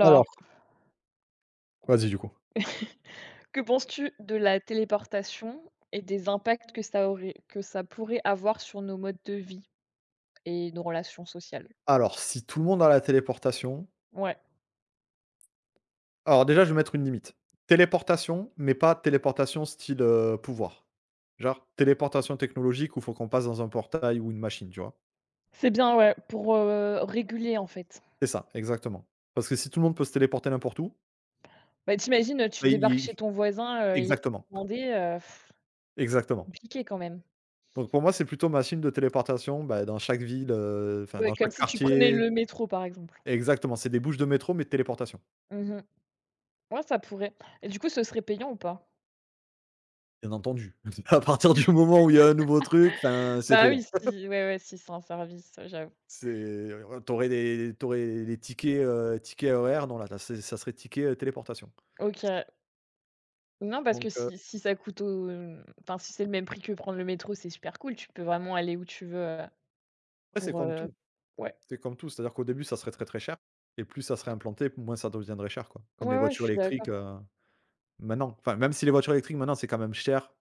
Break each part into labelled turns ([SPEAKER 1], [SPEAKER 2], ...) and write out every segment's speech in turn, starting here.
[SPEAKER 1] Alors. Vas-y, du coup.
[SPEAKER 2] que penses-tu de la téléportation et des impacts que ça aurait que ça pourrait avoir sur nos modes de vie et nos relations sociales?
[SPEAKER 1] Alors, si tout le monde a la téléportation,
[SPEAKER 2] Ouais,
[SPEAKER 1] alors déjà, je vais mettre une limite. Téléportation, mais pas téléportation style, pouvoir. Genre téléportation technologique où il faut qu'on passe dans un portail ou une machine, tu vois?
[SPEAKER 2] c'est bien, ouais, pour, réguler, en fait.
[SPEAKER 1] C'est ça, exactement. Parce que si tout le monde peut se téléporter n'importe où,
[SPEAKER 2] Bah, t'imagines, tu
[SPEAKER 1] bah,
[SPEAKER 2] débarques chez
[SPEAKER 1] i
[SPEAKER 2] ton voisin, il a
[SPEAKER 1] exactement,
[SPEAKER 2] demandé,
[SPEAKER 1] exactement.
[SPEAKER 2] compliqué quand même.
[SPEAKER 1] Donc pour moi, c'est plutôt machine de téléportation, bah, dans chaque ville, enfin
[SPEAKER 2] Ouais,
[SPEAKER 1] dans
[SPEAKER 2] comme
[SPEAKER 1] chaque
[SPEAKER 2] si tu prenais
[SPEAKER 1] quartier.
[SPEAKER 2] le métro, par exemple.
[SPEAKER 1] Exactement, c'est des bouches de métro mais de téléportation,
[SPEAKER 2] Mmh. Ouais, ça pourrait, et du coup, ce serait payant ou pas?
[SPEAKER 1] bien entendu. À partir du moment où il y a un nouveau truc, enfin, c'est
[SPEAKER 2] Bah,
[SPEAKER 1] payant.
[SPEAKER 2] oui, si, ouais, ouais, si c'est un service, j'avoue.
[SPEAKER 1] C'est t'aurais des tu aurais tickets, tickets RER, non là c'est ça serait ticket, téléportation.
[SPEAKER 2] OK. Non, parce que
[SPEAKER 1] Donc
[SPEAKER 2] si ça coûte au enfin, si c'est le même prix que prendre le métro, c'est super cool. Tu peux vraiment aller où tu veux,
[SPEAKER 1] après c'est
[SPEAKER 2] pour,
[SPEAKER 1] comme tout,
[SPEAKER 2] ouais.
[SPEAKER 1] c'est comme tout, c'est-à-dire qu'au début ça serait très, très cher et plus ça serait implanté, moins ça deviendrait cher quoi. Comme les
[SPEAKER 2] Ouais, ouais, je
[SPEAKER 1] voitures
[SPEAKER 2] suis
[SPEAKER 1] électriques,
[SPEAKER 2] d'accord.
[SPEAKER 1] maintenant, enfin même si les voitures électriques maintenant c'est quand même cher,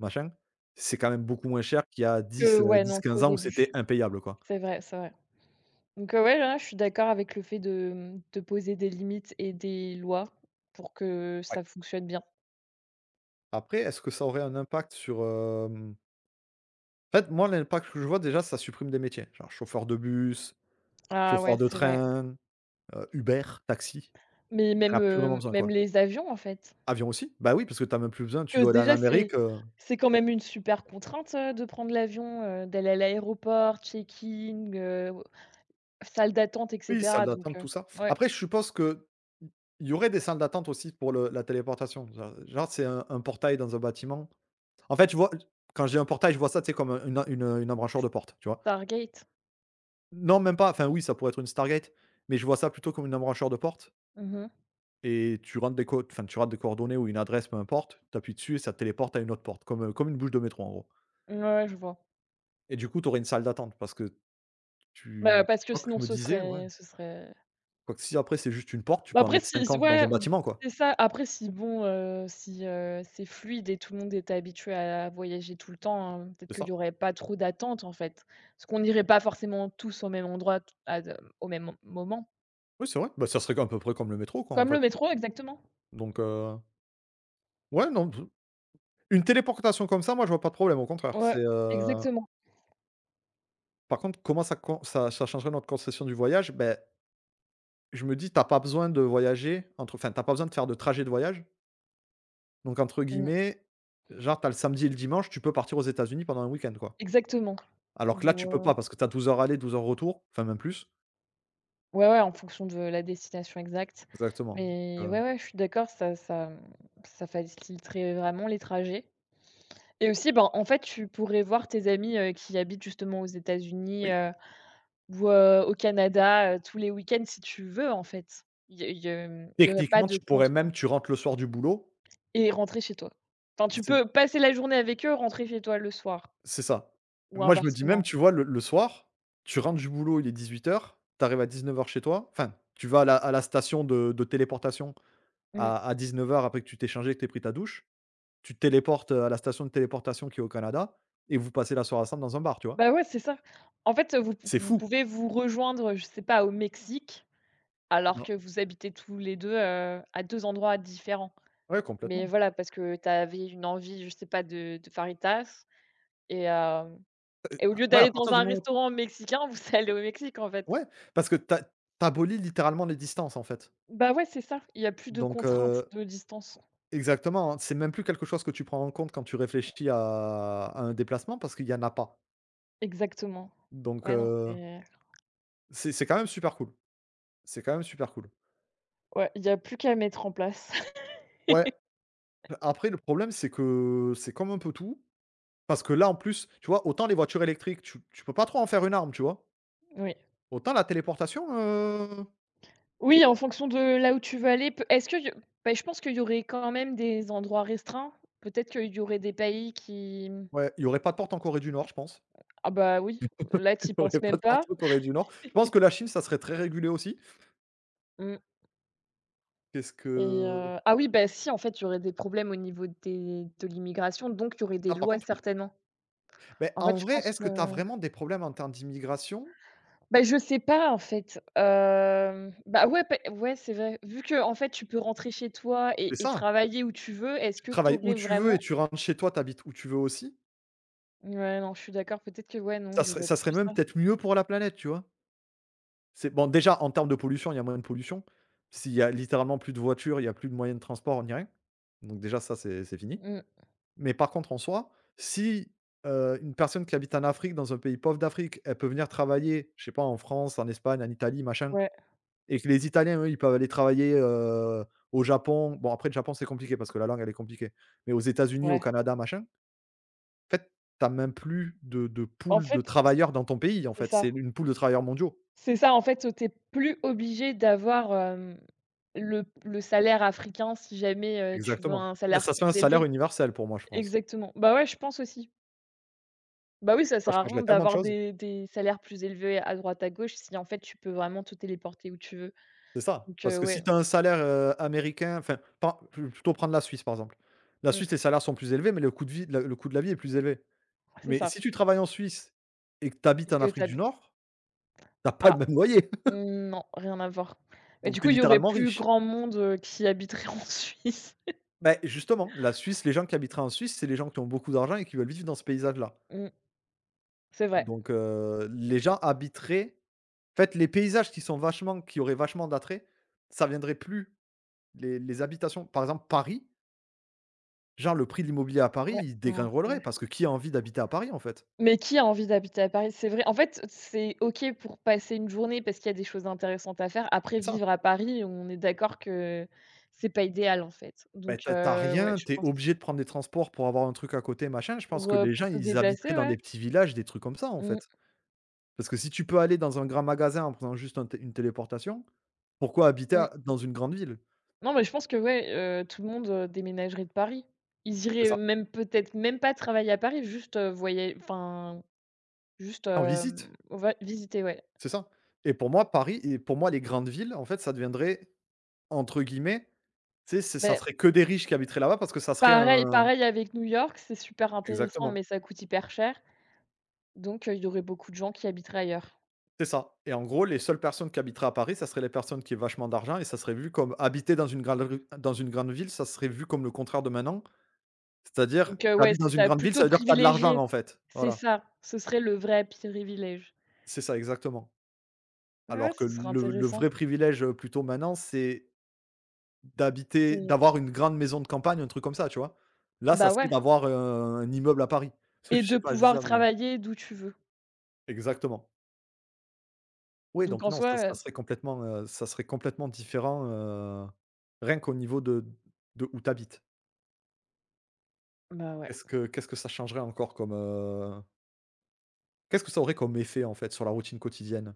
[SPEAKER 1] machin, c'est quand même beaucoup moins cher qu'il y a
[SPEAKER 2] Que
[SPEAKER 1] 10
[SPEAKER 2] ouais, non, qu'au
[SPEAKER 1] 10-15 ans où
[SPEAKER 2] début.
[SPEAKER 1] c'était impayable quoi.
[SPEAKER 2] C'est vrai, c'est vrai. Donc, ouais, là, je suis d'accord avec le fait de, de poser des limites et des lois pour que
[SPEAKER 1] Ouais.
[SPEAKER 2] ça fonctionne bien.
[SPEAKER 1] Après, est-ce que ça aurait un impact sur, hem en fait moi l'impact que je vois déjà, ça supprime des métiers, genre chauffeur de bus,
[SPEAKER 2] Ah ouais,
[SPEAKER 1] chauffeur de
[SPEAKER 2] c'est vrai.
[SPEAKER 1] train, Uber, taxi,
[SPEAKER 2] Mais
[SPEAKER 1] tu en
[SPEAKER 2] même,
[SPEAKER 1] as plus vraiment besoin,
[SPEAKER 2] même
[SPEAKER 1] quoi.
[SPEAKER 2] les avions, en fait.
[SPEAKER 1] Avion aussi, bah, oui, parce que tu as même plus besoin, tu
[SPEAKER 2] Que
[SPEAKER 1] dois aller en
[SPEAKER 2] déjà, c'est
[SPEAKER 1] Amérique,
[SPEAKER 2] c'est quand même une super contrainte, de prendre l'avion, d'aller à l'aéroport, check-in, salle d'attente et
[SPEAKER 1] oui, salle
[SPEAKER 2] cetera donc
[SPEAKER 1] d'attente, tout ça.
[SPEAKER 2] ouais.
[SPEAKER 1] Après, je suppose qu'il il y aurait des salles d'attente aussi pour le la téléportation. Genre, c'est un portail dans un bâtiment. En fait, je vois quand je dis un portail, je vois ça, tu sais, comme, une embrancheur de porte, tu vois?
[SPEAKER 2] Stargate.
[SPEAKER 1] Non, même pas, enfin, oui, ça pourrait être une Stargate, mais je vois ça plutôt comme une embrancheur de porte
[SPEAKER 2] Mmh mh.
[SPEAKER 1] et tu rentres des coordonnées ou une adresse, peu importe, tu appuies dessus et ça te téléporte à une autre porte, comme une bouche de métro, en gros.
[SPEAKER 2] Ouais, je vois.
[SPEAKER 1] Et du coup, tu aurais une salle d'attente parce que
[SPEAKER 2] Bah,
[SPEAKER 1] Tu
[SPEAKER 2] parce que
[SPEAKER 1] quoique,
[SPEAKER 2] sinon
[SPEAKER 1] je me
[SPEAKER 2] ce
[SPEAKER 1] disais, ouais,
[SPEAKER 2] serait ce serait
[SPEAKER 1] quoique si après c'est juste une porte, tu
[SPEAKER 2] bah,
[SPEAKER 1] peux en
[SPEAKER 2] après
[SPEAKER 1] mettre
[SPEAKER 2] si
[SPEAKER 1] 50 dans
[SPEAKER 2] ouais,
[SPEAKER 1] un
[SPEAKER 2] mmh,
[SPEAKER 1] bâtiment, quoi,
[SPEAKER 2] c'est ça. Après si bon, si, c'est fluide et tout le monde est habitué à voyager tout le temps, peut-être
[SPEAKER 1] c'est
[SPEAKER 2] qu'il y
[SPEAKER 1] ça?
[SPEAKER 2] aurait pas trop d'attente, en fait. Parce qu'on irait pas forcément tous au même endroit t à de au même mom moment.
[SPEAKER 1] Oui, c'est vrai, bah, ça serait à peu près comme le métro, quoi, en
[SPEAKER 2] Comme le
[SPEAKER 1] fait,
[SPEAKER 2] métro exactement.
[SPEAKER 1] donc ouais, non, p une téléportation comme ça, moi, je vois pas de problème, au contraire, c'est,
[SPEAKER 2] Ouais, exactement.
[SPEAKER 1] par contre, comment ça changerait notre conception du voyage? Ben, je me dis: t'as pas besoin de tu pas besoin de faire de trajet de voyage, donc entre
[SPEAKER 2] Mmh,
[SPEAKER 1] guillemets, genre, t'as le samedi et le dimanche, tu peux partir aux États-Unis pendant un week-end, quoi,
[SPEAKER 2] exactement.
[SPEAKER 1] alors que là,
[SPEAKER 2] Ou
[SPEAKER 1] tu peux pas parce que t'as 12 heures aller, 12 heures retour, enfin, même plus.
[SPEAKER 2] Ouais, ouais, en fonction de la destination exacte.
[SPEAKER 1] Exactement,
[SPEAKER 2] Mais ouais,
[SPEAKER 1] heu,
[SPEAKER 2] ouais, je suis d'accord, ça faciliterait vraiment les trajets. Et aussi, ben, en fait, tu pourrais voir tes amis, qui habitent justement aux États-Unis,
[SPEAKER 1] oui.
[SPEAKER 2] ou, au Canada, tous les week-ends si tu veux, en fait. Il y mmh, aurait pas
[SPEAKER 1] Techniquement,
[SPEAKER 2] de
[SPEAKER 1] tu pourrais
[SPEAKER 2] contraintes
[SPEAKER 1] même tu rentres le soir du boulot,
[SPEAKER 2] et rentrer chez toi. Enfin, tu
[SPEAKER 1] c'est
[SPEAKER 2] peux passer la journée avec eux, rentrer chez toi le soir
[SPEAKER 1] c'est ça.
[SPEAKER 2] ou
[SPEAKER 1] Moi, je me dis même,
[SPEAKER 2] inversement.
[SPEAKER 1] tu vois, le soir, tu rentres du boulot, il est 18:00, tu arrives à 19 h chez toi, enfin, tu vas à la station de téléportation
[SPEAKER 2] Mmh.
[SPEAKER 1] à 19 h, après que tu t'es changé, que tu pris ta douche, tu te téléportes, à la station de téléportation qui est au Canada et vous passez la soirée ensemble dans un bar, tu vois?
[SPEAKER 2] Bah, ouais, c'est ça. En fait, vous
[SPEAKER 1] C'est
[SPEAKER 2] vous
[SPEAKER 1] fou.
[SPEAKER 2] pouvez vous rejoindre, je sais pas, au Mexique. Alors
[SPEAKER 1] Non.
[SPEAKER 2] que vous habitez tous les 2 à 2 endroits différents.
[SPEAKER 1] Ouais,
[SPEAKER 2] Mais
[SPEAKER 1] complètement.
[SPEAKER 2] voilà, parce que tu avais une envie, je sais pas, de fajitas et hem et au
[SPEAKER 1] Ah
[SPEAKER 2] lieu
[SPEAKER 1] ouais, à
[SPEAKER 2] d'aller dans
[SPEAKER 1] partir du
[SPEAKER 2] un
[SPEAKER 1] moment où,
[SPEAKER 2] restaurant mexicain, vous allez au Mexique, en fait.
[SPEAKER 1] ouais, parce que tu abolis littéralement les distances, en fait.
[SPEAKER 2] Bah, ouais, c'est ça. Il y a plus de
[SPEAKER 1] Donc
[SPEAKER 2] contraintes
[SPEAKER 1] heu
[SPEAKER 2] de distance.
[SPEAKER 1] Exactement, hein. C'est même plus quelque chose que tu prends en compte quand tu réfléchis à un déplacement parce qu'il y en a pas.
[SPEAKER 2] Exactement.
[SPEAKER 1] Donc
[SPEAKER 2] Ouais, non, c'est
[SPEAKER 1] c'est quand même super cool, c'est quand même super cool.
[SPEAKER 2] ouais, il y a plus qu'à mettre en place.
[SPEAKER 1] Ouais, après le problème, c'est que c'est comme un peu tout, parce que là, en plus, tu vois, autant les voitures électriques, tu peux pas trop en faire une arme, tu vois?
[SPEAKER 2] Oui.
[SPEAKER 1] Autant la téléportation,
[SPEAKER 2] Oui, en fonction de là où tu veux aller, peut est-ce que y bah, je pense qu'il y aurait quand même des endroits restreints. Peut-être qu'il y aurait des pays qui, mmh.
[SPEAKER 1] ouais, il y aurait pas de porte en Corée du Nord, je pense.
[SPEAKER 2] Ah, bah, oui, là,
[SPEAKER 1] Il
[SPEAKER 2] tu y
[SPEAKER 1] y aurait
[SPEAKER 2] penses
[SPEAKER 1] pas
[SPEAKER 2] même
[SPEAKER 1] de porte
[SPEAKER 2] pas.
[SPEAKER 1] en Corée du Nord. Je pense que la Chine, ça serait très régulé aussi.
[SPEAKER 2] Mmh.
[SPEAKER 1] Qu'est-ce
[SPEAKER 2] Et
[SPEAKER 1] que
[SPEAKER 2] ah oui, bah, si, en fait, il y aurait des problèmes au niveau des de l'immigration, donc il y aurait des
[SPEAKER 1] Ah, par
[SPEAKER 2] lois
[SPEAKER 1] contre, oui.
[SPEAKER 2] certainement.
[SPEAKER 1] Mais
[SPEAKER 2] En
[SPEAKER 1] en
[SPEAKER 2] fait, je
[SPEAKER 1] vrai,
[SPEAKER 2] pense
[SPEAKER 1] est-ce
[SPEAKER 2] que
[SPEAKER 1] que tu as vraiment des problèmes en termes d'immigration?
[SPEAKER 2] bah, je sais pas, en fait, bah, ouais, pé ouais, c'est vrai. Vu que en fait, tu peux rentrer chez toi
[SPEAKER 1] C'est
[SPEAKER 2] et
[SPEAKER 1] ça, hein.
[SPEAKER 2] travailler où tu veux, est-ce que tu
[SPEAKER 1] Travaille
[SPEAKER 2] aurais
[SPEAKER 1] où tu veux et
[SPEAKER 2] vraiment
[SPEAKER 1] tu rentres chez toi, tu habites où tu veux aussi.
[SPEAKER 2] ouais, non, je suis d'accord, peut-être que ouais, non,
[SPEAKER 1] Ça
[SPEAKER 2] il y
[SPEAKER 1] serait
[SPEAKER 2] aurait
[SPEAKER 1] ça serait
[SPEAKER 2] plus
[SPEAKER 1] même
[SPEAKER 2] ça.
[SPEAKER 1] peut-être mieux pour la planète, tu vois? C'est bon, déjà, en termes de pollution, il y a moins de pollution. S'il y a littéralement plus de voitures, il y a plus de moyens de transport ni rien. Donc déjà ça, c'est fini.
[SPEAKER 2] Mmh,
[SPEAKER 1] Mais par contre, en soi, si, une personne qui habite en Afrique, dans un pays pauvre d'Afrique, elle peut venir travailler, je sais pas, en France, en Espagne, en Italie, machin,
[SPEAKER 2] ouais,
[SPEAKER 1] et que les Italiens, eux, ils peuvent aller travailler, au Japon. Bon, après, le Japon, c'est compliqué parce que la langue, elle est compliquée. Mais aux
[SPEAKER 2] c'est
[SPEAKER 1] États-Unis, au
[SPEAKER 2] vrai.
[SPEAKER 1] Canada, machin. En fait, t'as même plus de
[SPEAKER 2] En
[SPEAKER 1] pool de
[SPEAKER 2] fait,
[SPEAKER 1] travailleurs dans ton pays, en
[SPEAKER 2] c'est
[SPEAKER 1] fait, c'est
[SPEAKER 2] ça.
[SPEAKER 1] une pool de travailleurs mondiaux.
[SPEAKER 2] C'est ça, en fait, t'es plus obligé d'avoir, le salaire africain si jamais, tu veux
[SPEAKER 1] Exactement.
[SPEAKER 2] un
[SPEAKER 1] Bah,
[SPEAKER 2] salaire
[SPEAKER 1] ça serait un
[SPEAKER 2] plus
[SPEAKER 1] salaire
[SPEAKER 2] élevé.
[SPEAKER 1] universel pour moi, je pense.
[SPEAKER 2] Exactement. Bah, ouais, je pense aussi. Bah, oui, ça
[SPEAKER 1] Ça
[SPEAKER 2] sert à rien
[SPEAKER 1] changerait tellement de
[SPEAKER 2] d'avoir
[SPEAKER 1] choses.
[SPEAKER 2] des salaires plus élevés à droite, à gauche si, en fait, tu peux vraiment te téléporter où tu veux.
[SPEAKER 1] C'est ça,
[SPEAKER 2] Donc
[SPEAKER 1] parce que
[SPEAKER 2] ouais,
[SPEAKER 1] si tu as un salaire, américain, enfin, pas plutôt prendre la Suisse, par exemple. La
[SPEAKER 2] mmh,
[SPEAKER 1] Suisse, les salaires sont plus élevés, mais le coût de la vie est plus élevé.
[SPEAKER 2] c'est
[SPEAKER 1] Mais
[SPEAKER 2] ça.
[SPEAKER 1] si tu travailles en Suisse et que tu habites
[SPEAKER 2] Et
[SPEAKER 1] en
[SPEAKER 2] que
[SPEAKER 1] Afrique du
[SPEAKER 2] t'habites. Habites
[SPEAKER 1] Nord, t'as pas le
[SPEAKER 2] Ah,
[SPEAKER 1] même loyer.
[SPEAKER 2] mm, non, rien à voir. Mais
[SPEAKER 1] Donc
[SPEAKER 2] du
[SPEAKER 1] tu
[SPEAKER 2] coup,
[SPEAKER 1] es
[SPEAKER 2] il y aurait
[SPEAKER 1] littéralement
[SPEAKER 2] plus
[SPEAKER 1] riche.
[SPEAKER 2] grand monde, qui habiterait en Suisse.
[SPEAKER 1] Beh, justement, la Suisse, les gens qui habiteraient en Suisse, c'est les gens qui ont beaucoup d'argent et qui veulent vivre dans ce paysage-là.
[SPEAKER 2] Mmh, c'est vrai.
[SPEAKER 1] Donc les gens habiteraient En fait, les paysages qui auraient vachement d'attrait, ça viendrait plus les habitations. Par exemple, Paris, genre le prix de l'immobilier à Paris,
[SPEAKER 2] Ouais,
[SPEAKER 1] il
[SPEAKER 2] non, c'est vrai.
[SPEAKER 1] dégringolerait parce que qui a envie d'habiter à Paris, en fait?
[SPEAKER 2] Mais qui a envie d'habiter à Paris? C'est vrai. En fait, c'est OK pour passer une journée parce qu'il y a des choses intéressantes à faire. Après,
[SPEAKER 1] C'est ça.
[SPEAKER 2] vivre à Paris, on est d'accord que c'est pas idéal, en fait.
[SPEAKER 1] Bah,
[SPEAKER 2] Donc
[SPEAKER 1] tu as
[SPEAKER 2] ouais,
[SPEAKER 1] rien,
[SPEAKER 2] je
[SPEAKER 1] t'es
[SPEAKER 2] pense.
[SPEAKER 1] obligé de prendre des transports pour avoir un truc à côté, machin. Je pense que les
[SPEAKER 2] Pour
[SPEAKER 1] gens,
[SPEAKER 2] te
[SPEAKER 1] ils habiteraient
[SPEAKER 2] déplacer,
[SPEAKER 1] dans
[SPEAKER 2] ouais.
[SPEAKER 1] des petits villages, des trucs comme ça, en
[SPEAKER 2] Mmh,
[SPEAKER 1] fait. Parce que si tu peux aller dans un grand magasin en prenant juste un té une téléportation, pourquoi habiter à
[SPEAKER 2] mmh.
[SPEAKER 1] dans une grande ville?
[SPEAKER 2] Non, mais je pense que, ouais, tout le monde, déménagerait de Paris. Ils
[SPEAKER 1] C'est
[SPEAKER 2] iraient
[SPEAKER 1] ça.
[SPEAKER 2] même peut-être même pas travailler à Paris, juste, voya enfin, juste,
[SPEAKER 1] En visite,
[SPEAKER 2] va visiter, ouais.
[SPEAKER 1] c'est ça. Et pour moi, Paris et pour moi, les grandes villes, en fait, ça deviendrait entre guillemets. Tu sais, c'est ça
[SPEAKER 2] Beh,
[SPEAKER 1] serait que des riches qui habiteraient là-bas parce que ça serait
[SPEAKER 2] pareil
[SPEAKER 1] un.
[SPEAKER 2] pareil avec New York, c'est super intéressant,
[SPEAKER 1] Exactement,
[SPEAKER 2] mais ça coûte hyper cher, donc il y aurait beaucoup de gens qui habiteraient ailleurs.
[SPEAKER 1] c'est ça, et en gros, les seules personnes qui habiteraient à Paris, ça serait les personnes qui aient vachement d'argent et ça serait vu comme habiter dans une grande rue dans une grande ville, ça serait vu comme le contraire de maintenant. C'est-à-dire,
[SPEAKER 2] Donc ouais,
[SPEAKER 1] t'habites dans
[SPEAKER 2] c'est
[SPEAKER 1] une
[SPEAKER 2] ça,
[SPEAKER 1] grande ville, ça
[SPEAKER 2] plutôt
[SPEAKER 1] veut dire que t'as de l'argent,
[SPEAKER 2] privilégié.
[SPEAKER 1] en fait.
[SPEAKER 2] C'est
[SPEAKER 1] Voilà,
[SPEAKER 2] ça, ce serait le vrai privilège.
[SPEAKER 1] c'est ça, exactement.
[SPEAKER 2] Ouais, ouais,
[SPEAKER 1] Alors que
[SPEAKER 2] ce serait
[SPEAKER 1] le
[SPEAKER 2] intéressant.
[SPEAKER 1] vrai privilège, plutôt maintenant, c'est
[SPEAKER 2] C'est
[SPEAKER 1] d'avoir une grande maison de campagne, un truc comme ça, tu vois? Là, ça
[SPEAKER 2] bah,
[SPEAKER 1] serait
[SPEAKER 2] ouais,
[SPEAKER 1] d'avoir, un immeuble à Paris. Je
[SPEAKER 2] et de
[SPEAKER 1] sais pas, je dis
[SPEAKER 2] pouvoir
[SPEAKER 1] ça, mais
[SPEAKER 2] travailler d'où tu veux.
[SPEAKER 1] exactement. Oui,
[SPEAKER 2] Donc
[SPEAKER 1] donc
[SPEAKER 2] en
[SPEAKER 1] non,
[SPEAKER 2] soi, heu
[SPEAKER 1] ça serait complètement différent, rien qu'au niveau de où tu habites.
[SPEAKER 2] bah, ouais.
[SPEAKER 1] Qu'est-ce que ça changerait encore comme, qu'est-ce que ça aurait comme effet, en fait, sur la routine quotidienne?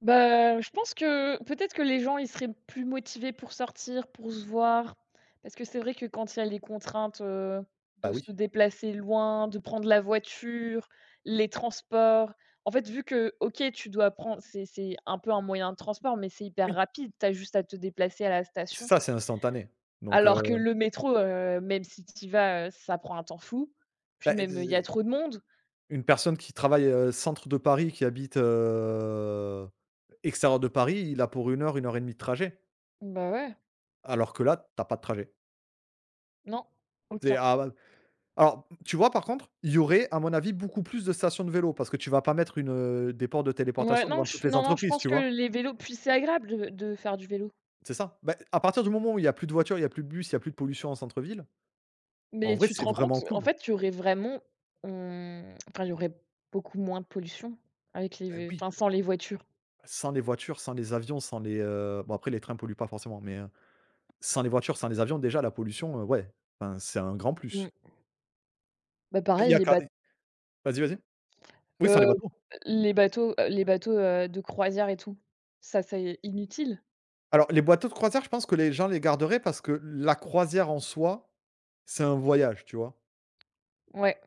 [SPEAKER 2] Bah, je pense que peut-être que les gens, ils seraient plus motivés pour sortir, pour se voir, parce que c'est vrai que quand il y a les contraintes, de
[SPEAKER 1] Bah,
[SPEAKER 2] se
[SPEAKER 1] oui.
[SPEAKER 2] déplacer loin, de prendre la voiture, les transports. En fait, vu que, OK, tu dois prendre c'est un peu un moyen de transport, mais c'est hyper
[SPEAKER 1] Oui,
[SPEAKER 2] rapide, tu as juste à te déplacer à la
[SPEAKER 1] c'est
[SPEAKER 2] station.
[SPEAKER 1] ça, c'est instantané. Donc,
[SPEAKER 2] Alors que le métro, même si tu y vas, ça prend un temps fou. Puis
[SPEAKER 1] bah,
[SPEAKER 2] même, il y a
[SPEAKER 1] d
[SPEAKER 2] trop de monde.
[SPEAKER 1] une personne qui travaille, centre de Paris, qui habite, extérieur de Paris, il a pour une heure et demie de trajet.
[SPEAKER 2] Bah, ouais,
[SPEAKER 1] Alors que là, t'as pas de trajet.
[SPEAKER 2] non,
[SPEAKER 1] C'est
[SPEAKER 2] aucun.
[SPEAKER 1] à Alors, tu vois, par contre, il y aurait, à mon avis, beaucoup plus de stations de vélo parce que tu vas pas mettre des ports de
[SPEAKER 2] Ouais,
[SPEAKER 1] téléportation
[SPEAKER 2] non,
[SPEAKER 1] devant toutes
[SPEAKER 2] je
[SPEAKER 1] les
[SPEAKER 2] non, non, je
[SPEAKER 1] entreprises,
[SPEAKER 2] pense
[SPEAKER 1] tu
[SPEAKER 2] que
[SPEAKER 1] vois?
[SPEAKER 2] les vélos puis c'est agréable de faire du vélo.
[SPEAKER 1] C'est ça. Bah, à partir du moment où il y a plus de voitures, il y a plus de bus, il y a plus de pollution en centre-ville, en
[SPEAKER 2] Mais
[SPEAKER 1] vrai,
[SPEAKER 2] tu te
[SPEAKER 1] c'est
[SPEAKER 2] rends
[SPEAKER 1] vraiment
[SPEAKER 2] compte, en
[SPEAKER 1] cool.
[SPEAKER 2] fait, il y aurait vraiment, mmh, enfin, il y aurait beaucoup moins de pollution avec les
[SPEAKER 1] Bah,
[SPEAKER 2] vé
[SPEAKER 1] oui,
[SPEAKER 2] enfin, sans les voitures.
[SPEAKER 1] sans les voitures, sans les avions, sans les, bon, après, les trains polluent pas forcément, mais, sans les voitures, sans les avions, déjà, la pollution, ouais, enfin, c'est un grand plus.
[SPEAKER 2] Mmh. Bah,
[SPEAKER 1] Il
[SPEAKER 2] pareil,
[SPEAKER 1] y a
[SPEAKER 2] les
[SPEAKER 1] qu'à.
[SPEAKER 2] bateaux,
[SPEAKER 1] Vas-y, vas-y. Oui, sans les bateaux.
[SPEAKER 2] les bateaux, de croisière et tout, ça c'est inutile.
[SPEAKER 1] Alors, les bateaux de croisière, je pense que les gens les garderaient parce que la croisière en soi, c'est un voyage, tu vois?
[SPEAKER 2] Ouais,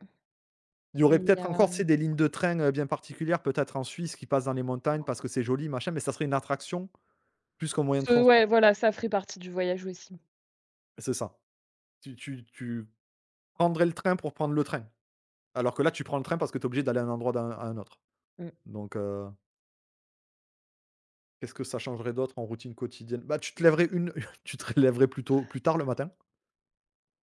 [SPEAKER 1] Il y aurait
[SPEAKER 2] mais
[SPEAKER 1] peut-être encore, tu sais,
[SPEAKER 2] hem,
[SPEAKER 1] des lignes de train, bien particulières, peut-être en Suisse, qui passent dans les montagnes parce que c'est joli, machin, mais ça serait une attraction plus qu'un moyen de
[SPEAKER 2] ce ouais,
[SPEAKER 1] transport.
[SPEAKER 2] voilà, ça ferait partie du voyage aussi.
[SPEAKER 1] C'est ça. Tu prendrais le train pour prendre le train, alors que là, tu prends le train parce que tu es obligé d'aller d'un endroit d'un à un autre.
[SPEAKER 2] Mmh.
[SPEAKER 1] Donc qu'est-ce que ça changerait d'autre en routine quotidienne? Bah, tu te lèverais une tu te lèverais plutôt plus tard le matin,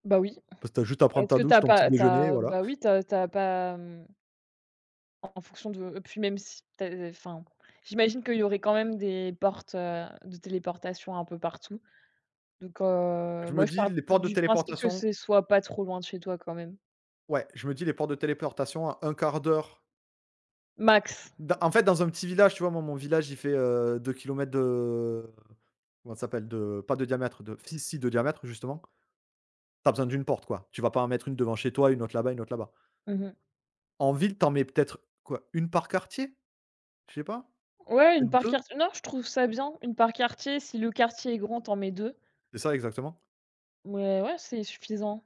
[SPEAKER 2] Bah, oui.
[SPEAKER 1] parce que tu as juste à prendre
[SPEAKER 2] Est-ce
[SPEAKER 1] ta
[SPEAKER 2] que
[SPEAKER 1] douche,
[SPEAKER 2] t'as
[SPEAKER 1] ton petit
[SPEAKER 2] pas
[SPEAKER 1] déjeuner,
[SPEAKER 2] t'as
[SPEAKER 1] voilà.
[SPEAKER 2] bah, oui, t'as pas, mmh. En fonction de puis même si tu as enfin, j'imagine qu'il y aurait quand même des portes, de téléportation un peu partout. Donc
[SPEAKER 1] Je
[SPEAKER 2] moi
[SPEAKER 1] me
[SPEAKER 2] je
[SPEAKER 1] dis
[SPEAKER 2] pars
[SPEAKER 1] les portes de
[SPEAKER 2] du principe que
[SPEAKER 1] téléportation
[SPEAKER 2] ce soit pas trop loin de chez toi quand même.
[SPEAKER 1] Ouais, je me dis les portes de téléportation à 1/4 d'heure.
[SPEAKER 2] Max.
[SPEAKER 1] Da En fait, dans un petit village, tu vois, moi, mon village, il fait, 2 km de, comment ça s'appelle? De, pas de diamètre, de si, si, de diamètre, justement. T'as besoin d'une porte, quoi. Tu vas pas en mettre une devant chez toi, une autre là-bas, une autre là-bas.
[SPEAKER 2] Mmh mh.
[SPEAKER 1] En ville, t'en mets peut-être quoi? Une par quartier? Je sais pas,
[SPEAKER 2] Ouais, une
[SPEAKER 1] peut-être
[SPEAKER 2] par
[SPEAKER 1] 2?
[SPEAKER 2] quartier. Non, je trouve ça bien, une par quartier. Si le quartier est grand, tu en mets 2.
[SPEAKER 1] C'est ça, exactement,
[SPEAKER 2] Mais ouais, c'est suffisant.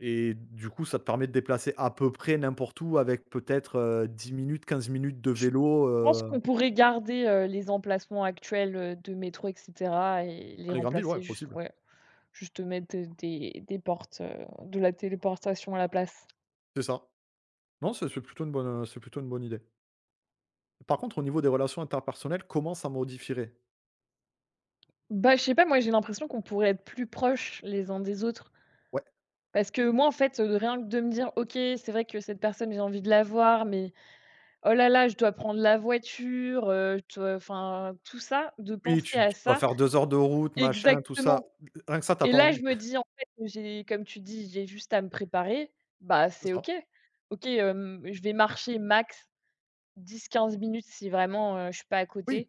[SPEAKER 1] et du coup, ça te permet de déplacer à peu près n'importe où avec peut-être, 10 minutes, 15 minutes de
[SPEAKER 2] Je
[SPEAKER 1] vélo,
[SPEAKER 2] pense qu'on pourrait garder, les emplacements actuels, de métro et cetera et les
[SPEAKER 1] dans les grandes villes, ouais,
[SPEAKER 2] remplacer juste
[SPEAKER 1] possible.
[SPEAKER 2] ouais, juste mettre des portes, de la téléportation à la place.
[SPEAKER 1] C'est ça. Non, c'est plutôt une bonne, c'est plutôt une bonne idée. Par contre, au niveau des relations interpersonnelles, comment ça modifierait?
[SPEAKER 2] Bah, je sais pas, moi j'ai l'impression qu'on pourrait être plus proches les uns des autres.
[SPEAKER 1] Ouais.
[SPEAKER 2] Parce que moi, en fait, rien que de me dire: «OK, c'est vrai que cette personne, j'ai envie de la voir, mais oh là là, je dois prendre la voiture, je dois» enfin tout ça, de
[SPEAKER 1] Oui,
[SPEAKER 2] penser
[SPEAKER 1] tu
[SPEAKER 2] à
[SPEAKER 1] tu dois
[SPEAKER 2] ça
[SPEAKER 1] faire 2 heures de route, machin, tout ça.
[SPEAKER 2] exactement.
[SPEAKER 1] Rien que ça, t'as
[SPEAKER 2] Et
[SPEAKER 1] pas
[SPEAKER 2] là, je
[SPEAKER 1] envie,
[SPEAKER 2] me dis: «En fait, j'ai comme tu dis, j'ai juste à me préparer, bah, c'est
[SPEAKER 1] c'est ça.
[SPEAKER 2] OK. OK, je vais marcher max 10 15 minutes si vraiment, je suis pas à côté,
[SPEAKER 1] Oui,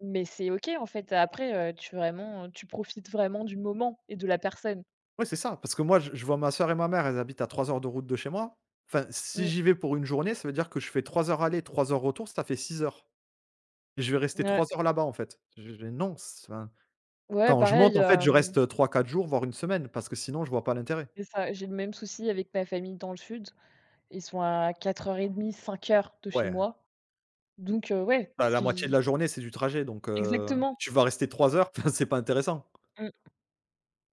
[SPEAKER 2] mais c'est OK en fait». Après, tu profites vraiment du moment et de la personne.
[SPEAKER 1] ouais, c'est ça. Parce que moi, je vois ma sœur et ma mère, elles habitent à 3 heures de route de chez moi. Enfin, si
[SPEAKER 2] Mmh,
[SPEAKER 1] j'y vais pour une journée, ça veut dire que je fais 3 heures aller, 3 heures retour, ça fait 6 heures. Et je vais rester
[SPEAKER 2] ouais.
[SPEAKER 1] 3 heures là-bas, en fait. Je non, c enfin,
[SPEAKER 2] Ouais,
[SPEAKER 1] quand je
[SPEAKER 2] pareil,
[SPEAKER 1] monte, en fait, je reste, 3, 4 jours, voire une semaine, parce que sinon, je vois pas l'intérêt.
[SPEAKER 2] c'est ça, j'ai le même souci avec ma famille dans le sud. Ils sont à 4 heures et demie 5 heures de chez
[SPEAKER 1] Ouais,
[SPEAKER 2] moi. Donc ouais,
[SPEAKER 1] bah, la moitié de
[SPEAKER 2] si
[SPEAKER 1] la journée, c'est du trajet, donc
[SPEAKER 2] exactement,
[SPEAKER 1] tu vas rester 3 heures, enfin, c'est pas intéressant.
[SPEAKER 2] mmh,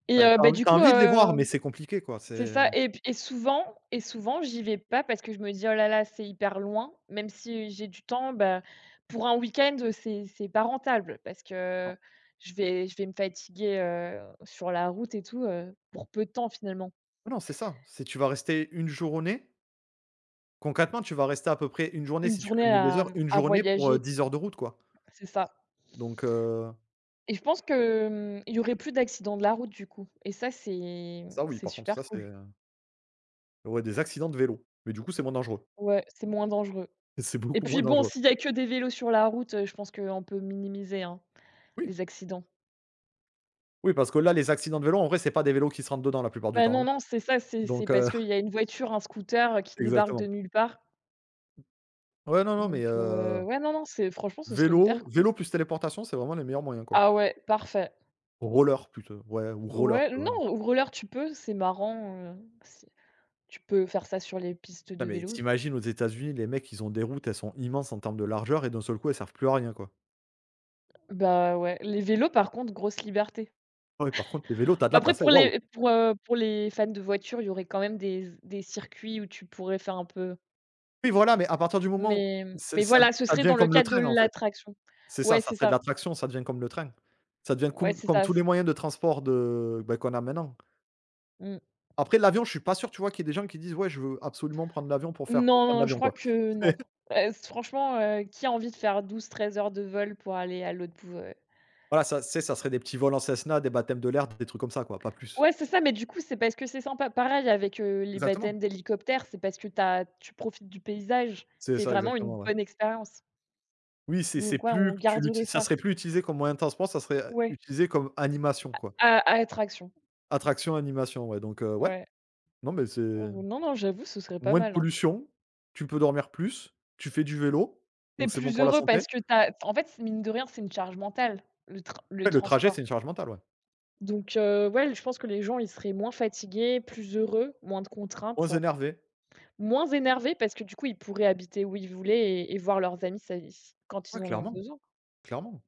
[SPEAKER 1] Enfin, tu as
[SPEAKER 2] bah, du coup,
[SPEAKER 1] envie de les voir, mais c'est compliqué, quoi,
[SPEAKER 2] c'est
[SPEAKER 1] c'est.
[SPEAKER 2] ça et p et souvent, j'y vais pas parce que je me dis: «Oh là là, c'est hyper loin». Même si j'ai du temps, bah, pour un week-end, c'est pas rentable parce que je vais me fatiguer, sur la route et tout, pour peu de temps finalement.
[SPEAKER 1] Ah non, c'est ça, c'est tu vas rester une journée concrètement, tu vas rester à peu près une journée
[SPEAKER 2] Une
[SPEAKER 1] si tu
[SPEAKER 2] journée
[SPEAKER 1] cumules les
[SPEAKER 2] à,
[SPEAKER 1] heures,
[SPEAKER 2] mmh,
[SPEAKER 1] une
[SPEAKER 2] à
[SPEAKER 1] journée pour,
[SPEAKER 2] voyager,
[SPEAKER 1] 10 heures de route, quoi.
[SPEAKER 2] c'est ça.
[SPEAKER 1] Donc
[SPEAKER 2] Et je pense que, il y aurait plus d'accidents de la route du coup et ça c'est
[SPEAKER 1] ça oui,
[SPEAKER 2] c'est
[SPEAKER 1] par contre,
[SPEAKER 2] super
[SPEAKER 1] ça c'est,
[SPEAKER 2] cool.
[SPEAKER 1] ouais, des accidents de vélo, mais du coup, c'est moins dangereux.
[SPEAKER 2] Ouais, c'est moins dangereux,
[SPEAKER 1] C'est
[SPEAKER 2] et
[SPEAKER 1] beaucoup moins
[SPEAKER 2] puis bon,
[SPEAKER 1] dangereux.
[SPEAKER 2] s'il y a que des vélos sur la route, je pense qu'on peut minimiser, hein,
[SPEAKER 1] Oui,
[SPEAKER 2] les accidents.
[SPEAKER 1] oui, parce que là, les accidents de vélo, en vrai, c'est pas des vélos qui se rentrent dedans la plupart du
[SPEAKER 2] Bah,
[SPEAKER 1] temps,
[SPEAKER 2] non,
[SPEAKER 1] hein,
[SPEAKER 2] non, c'est ça, c'est
[SPEAKER 1] donc
[SPEAKER 2] parce qu'il y a une voiture, un scooter, qui débarque de
[SPEAKER 1] exactement.
[SPEAKER 2] nulle part
[SPEAKER 1] Ouais, non, non, mais
[SPEAKER 2] donc ouais, non, non, c'est franchement, ce serait hyper
[SPEAKER 1] vélo
[SPEAKER 2] cool.
[SPEAKER 1] vélo plus téléportation, c'est vraiment les meilleurs moyens, quoi.
[SPEAKER 2] Ah ouais, parfait.
[SPEAKER 1] Roller plutôt, ouais, ou roller,
[SPEAKER 2] Ouais,
[SPEAKER 1] tu vois?
[SPEAKER 2] non, roller tu peux, c'est marrant, c'est tu peux faire ça sur les pistes de
[SPEAKER 1] Putain, mais
[SPEAKER 2] vélo.
[SPEAKER 1] t'imagines, aux États-Unis, les mecs, ils ont des routes, elles sont immenses en termes de largeur et d'un seul coup, elles servent plus à rien, quoi.
[SPEAKER 2] Bah, ouais, les vélos par contre, grosse liberté.
[SPEAKER 1] Ouais, par contre, les vélos, tu as de la
[SPEAKER 2] Après
[SPEAKER 1] place, hein, waouh!
[SPEAKER 2] pour les fans de voitures, il y aurait quand même des circuits où tu pourrais faire un peu,
[SPEAKER 1] Oui, voilà, mais à partir du moment où
[SPEAKER 2] mais
[SPEAKER 1] c'est ça,
[SPEAKER 2] voilà, ce
[SPEAKER 1] ça
[SPEAKER 2] serait
[SPEAKER 1] devient
[SPEAKER 2] dans le
[SPEAKER 1] comme le
[SPEAKER 2] cadre de
[SPEAKER 1] train, en fait.
[SPEAKER 2] l'attraction.
[SPEAKER 1] C'est
[SPEAKER 2] Ouais,
[SPEAKER 1] ça, ça
[SPEAKER 2] c'est
[SPEAKER 1] serait de
[SPEAKER 2] ça.
[SPEAKER 1] la traction, ça devient comme le train. Ça devient
[SPEAKER 2] Ouais,
[SPEAKER 1] coum
[SPEAKER 2] c'est
[SPEAKER 1] comme
[SPEAKER 2] ça.
[SPEAKER 1] tous les moyens de transport de bah, qu'on a maintenant.
[SPEAKER 2] Mmh.
[SPEAKER 1] Après l'avion, je suis pas sûr, tu vois, qu'il y ait des gens qui disent: «Ouais, je veux absolument prendre l'avion pour faire pour
[SPEAKER 2] Non,
[SPEAKER 1] prendre
[SPEAKER 2] non, je
[SPEAKER 1] l'avion,
[SPEAKER 2] crois
[SPEAKER 1] quoi».
[SPEAKER 2] que non. Franchement, qui a envie de faire 12 13 heures de vol pour aller à l'autre bout, heu?
[SPEAKER 1] C'est Voilà, ça, tu ça serait des petits vols en Cessna, des baptêmes de l'air, des trucs comme ça, quoi, pas plus.
[SPEAKER 2] Ouais, c'est ça, mais du coup, c'est parce que c'est sympa. Pareil avec, les
[SPEAKER 1] Exactement.
[SPEAKER 2] baptêmes d'hélicoptère, c'est parce que t'as tu profites du paysage.
[SPEAKER 1] C'est
[SPEAKER 2] C'est
[SPEAKER 1] ça,
[SPEAKER 2] vraiment une
[SPEAKER 1] exactement, ouais.
[SPEAKER 2] bonne expérience.
[SPEAKER 1] Oui, c'est
[SPEAKER 2] Donc ouais,
[SPEAKER 1] plus
[SPEAKER 2] on
[SPEAKER 1] que tu
[SPEAKER 2] garderait
[SPEAKER 1] l'uti ça
[SPEAKER 2] ça.
[SPEAKER 1] serait plus utilisé comme moyen de transport, ça serait,
[SPEAKER 2] Ouais,
[SPEAKER 1] utilisé comme animation, quoi.
[SPEAKER 2] à attraction.
[SPEAKER 1] Attraction, animation, ouais, donc ouais,
[SPEAKER 2] Ouais.
[SPEAKER 1] non, mais c'est.
[SPEAKER 2] Oh non, non, j'avoue, ce serait pas
[SPEAKER 1] Moins de
[SPEAKER 2] mal, hein.
[SPEAKER 1] pollution, tu peux dormir plus, tu fais du vélo,
[SPEAKER 2] T'es
[SPEAKER 1] donc c'est bon
[SPEAKER 2] plus
[SPEAKER 1] pour la
[SPEAKER 2] heureux
[SPEAKER 1] santé.
[SPEAKER 2] parce que t'as en fait, c'est- mine de rien, c'est une charge mentale, le tran le
[SPEAKER 1] Ouais, le trajet, c'est
[SPEAKER 2] transport.
[SPEAKER 1] une charge mentale, ouais.
[SPEAKER 2] Donc ouais, je pense que les gens, ils seraient moins fatigués, plus heureux, moins de contraintes,
[SPEAKER 1] Moins énervé.
[SPEAKER 2] moins énervés parce que du coup, ils pourraient habiter où ils voulaient et voir leurs amis ça i quand ils
[SPEAKER 1] Ouais,
[SPEAKER 2] en ont
[SPEAKER 1] clairement,
[SPEAKER 2] besoin.
[SPEAKER 1] clairement.